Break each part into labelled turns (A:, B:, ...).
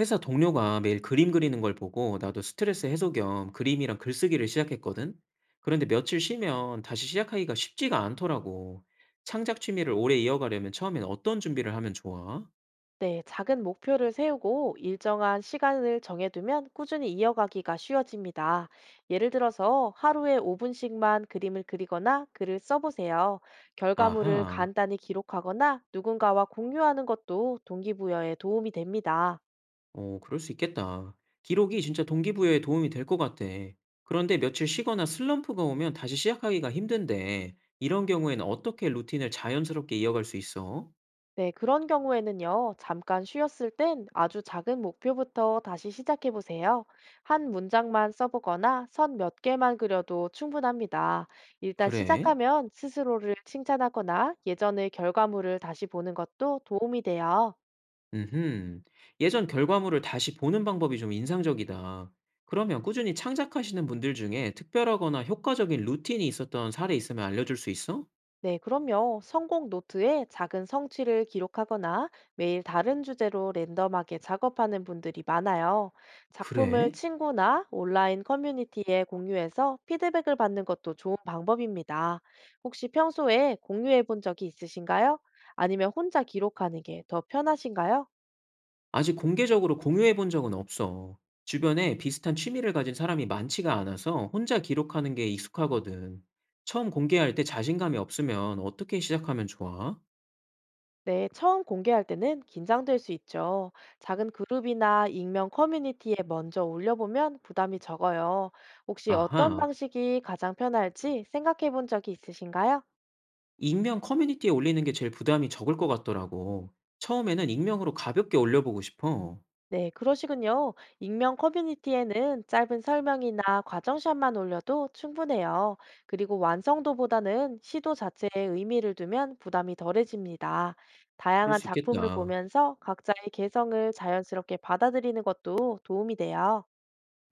A: 회사 동료가 매일 그림 그리는 걸 보고 나도 스트레스 해소 겸 그림이랑 글쓰기를 시작했거든? 그런데 며칠 쉬면 다시 시작하기가 쉽지가 않더라고. 창작 취미를 오래 이어가려면 처음엔 어떤 준비를 하면 좋아?
B: 네, 작은 목표를 세우고 일정한 시간을 정해두면 꾸준히 이어가기가 쉬워집니다. 예를 들어서 하루에 5분씩만 그림을 그리거나 글을 써보세요. 결과물을
A: 아하,
B: 간단히 기록하거나 누군가와 공유하는 것도 동기부여에 도움이 됩니다.
A: 그럴 수 있겠다. 기록이 진짜 동기부여에 도움이 될 것 같아. 그런데 며칠 쉬거나 슬럼프가 오면 다시 시작하기가 힘든데, 이런 경우에는 어떻게 루틴을 자연스럽게 이어갈 수 있어?
B: 네, 그런 경우에는요, 잠깐 쉬었을 땐 아주 작은 목표부터 다시 시작해 보세요. 한 문장만 써보거나 선 몇 개만 그려도 충분합니다. 일단
A: 그래?
B: 시작하면 스스로를 칭찬하거나 예전의 결과물을 다시 보는 것도 도움이 돼요.
A: 음흠. 예전 결과물을 다시 보는 방법이 좀 인상적이다. 그러면 꾸준히 창작하시는 분들 중에 특별하거나 효과적인 루틴이 있었던 사례 있으면 알려줄 수 있어?
B: 네, 그럼요. 성공 노트에 작은 성취를 기록하거나 매일 다른 주제로 랜덤하게 작업하는 분들이 많아요. 작품을
A: 그래?
B: 친구나 온라인 커뮤니티에 공유해서 피드백을 받는 것도 좋은 방법입니다. 혹시 평소에 공유해 본 적이 있으신가요? 아니면 혼자 기록하는 게 더 편하신가요?
A: 아직 공개적으로 공유해 본 적은 없어. 주변에 비슷한 취미를 가진 사람이 많지가 않아서 혼자 기록하는 게 익숙하거든. 처음 공개할 때 자신감이 없으면 어떻게 시작하면 좋아?
B: 네, 처음 공개할 때는 긴장될 수 있죠. 작은 그룹이나 익명 커뮤니티에 먼저 올려보면 부담이 적어요. 혹시 어떤
A: 아하,
B: 방식이 가장 편할지 생각해 본 적이 있으신가요?
A: 익명 커뮤니티에 올리는 게 제일 부담이 적을 것 같더라고. 처음에는 익명으로 가볍게 올려보고 싶어.
B: 네, 그러시군요. 익명 커뮤니티에는 짧은 설명이나 과정샷만 올려도 충분해요. 그리고 완성도보다는 시도 자체에 의미를 두면 부담이 덜해집니다.
A: 그럴
B: 다양한
A: 수
B: 작품을
A: 있겠다.
B: 보면서 각자의 개성을 자연스럽게 받아들이는 것도 도움이 돼요.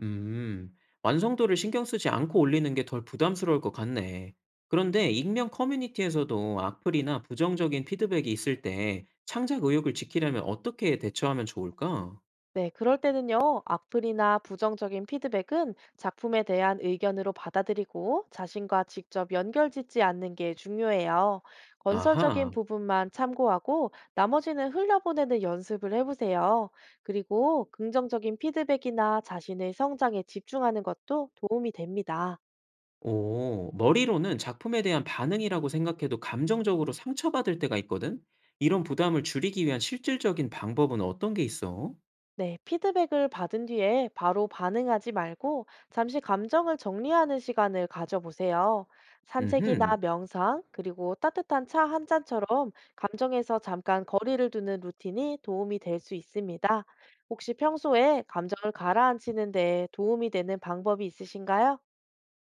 A: 음. 완성도를 신경 쓰지 않고 올리는 게 덜 부담스러울 것 같네. 그런데 익명 커뮤니티에서도 악플이나 부정적인 피드백이 있을 때 창작 의욕을 지키려면 어떻게 대처하면 좋을까?
B: 네, 그럴 때는요, 악플이나 부정적인 피드백은 작품에 대한 의견으로 받아들이고 자신과 직접 연결 짓지 않는 게 중요해요. 건설적인
A: 아하.
B: 부분만 참고하고 나머지는 흘려보내는 연습을 해보세요. 그리고 긍정적인 피드백이나 자신의 성장에 집중하는 것도 도움이 됩니다.
A: 오, 머리로는 작품에 대한 반응이라고 생각해도 감정적으로 상처받을 때가 있거든? 이런 부담을 줄이기 위한 실질적인 방법은 어떤 게 있어?
B: 네, 피드백을 받은 뒤에 바로 반응하지 말고 잠시 감정을 정리하는 시간을 가져보세요. 산책이나
A: 음흠.
B: 명상, 그리고 따뜻한 차 한 잔처럼 감정에서 잠깐 거리를 두는 루틴이 도움이 될 수 있습니다. 혹시 평소에 감정을 가라앉히는 데 도움이 되는 방법이 있으신가요?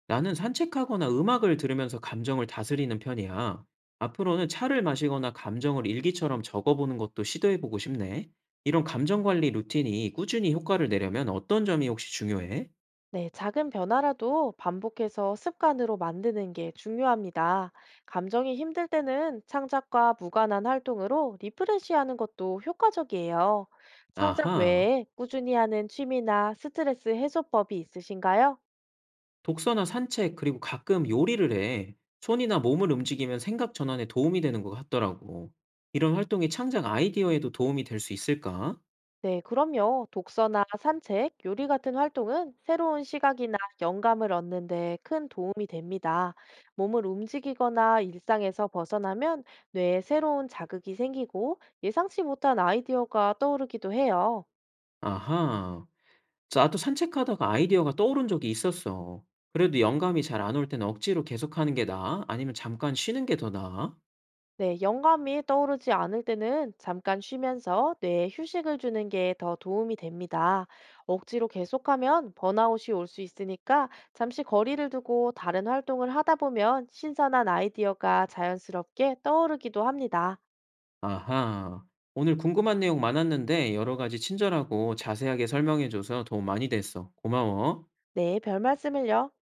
A: 나는 산책하거나 음악을 들으면서 감정을 다스리는 편이야. 앞으로는 차를 마시거나 감정을 일기처럼 적어보는 것도 시도해보고 싶네. 이런 감정 관리 루틴이 꾸준히 효과를 내려면 어떤 점이 혹시 중요해?
B: 네, 작은 변화라도 반복해서 습관으로 만드는 게 중요합니다. 감정이 힘들 때는 창작과 무관한 활동으로 리프레시하는 것도 효과적이에요. 창작
A: 아하,
B: 외에 꾸준히 하는 취미나 스트레스 해소법이 있으신가요?
A: 독서나 산책, 그리고 가끔 요리를 해. 손이나 몸을 움직이면 생각 전환에 도움이 되는 것 같더라고. 이런 활동이 창작 아이디어에도 도움이 될 수 있을까?
B: 네, 그럼요. 독서나 산책, 요리 같은 활동은 새로운 시각이나 영감을 얻는 데 큰 도움이 됩니다. 몸을 움직이거나 일상에서 벗어나면 뇌에 새로운 자극이 생기고 예상치 못한 아이디어가 떠오르기도 해요.
A: 아하. 나도 산책하다가 아이디어가 떠오른 적이 있었어. 그래도 영감이 잘 안 올 때는 억지로 계속하는 게 나아? 아니면 잠깐 쉬는 게 더 나아?
B: 네, 영감이 떠오르지 않을 때는 잠깐 쉬면서 뇌에 휴식을 주는 게 더 도움이 됩니다. 억지로 계속하면 번아웃이 올 수 있으니까 잠시 거리를 두고 다른 활동을 하다 보면 신선한 아이디어가 자연스럽게 떠오르기도 합니다.
A: 아하. 오늘 궁금한 내용 많았는데 여러 가지 친절하고 자세하게 설명해줘서 도움 많이 됐어. 고마워.
B: 네, 별 말씀을요.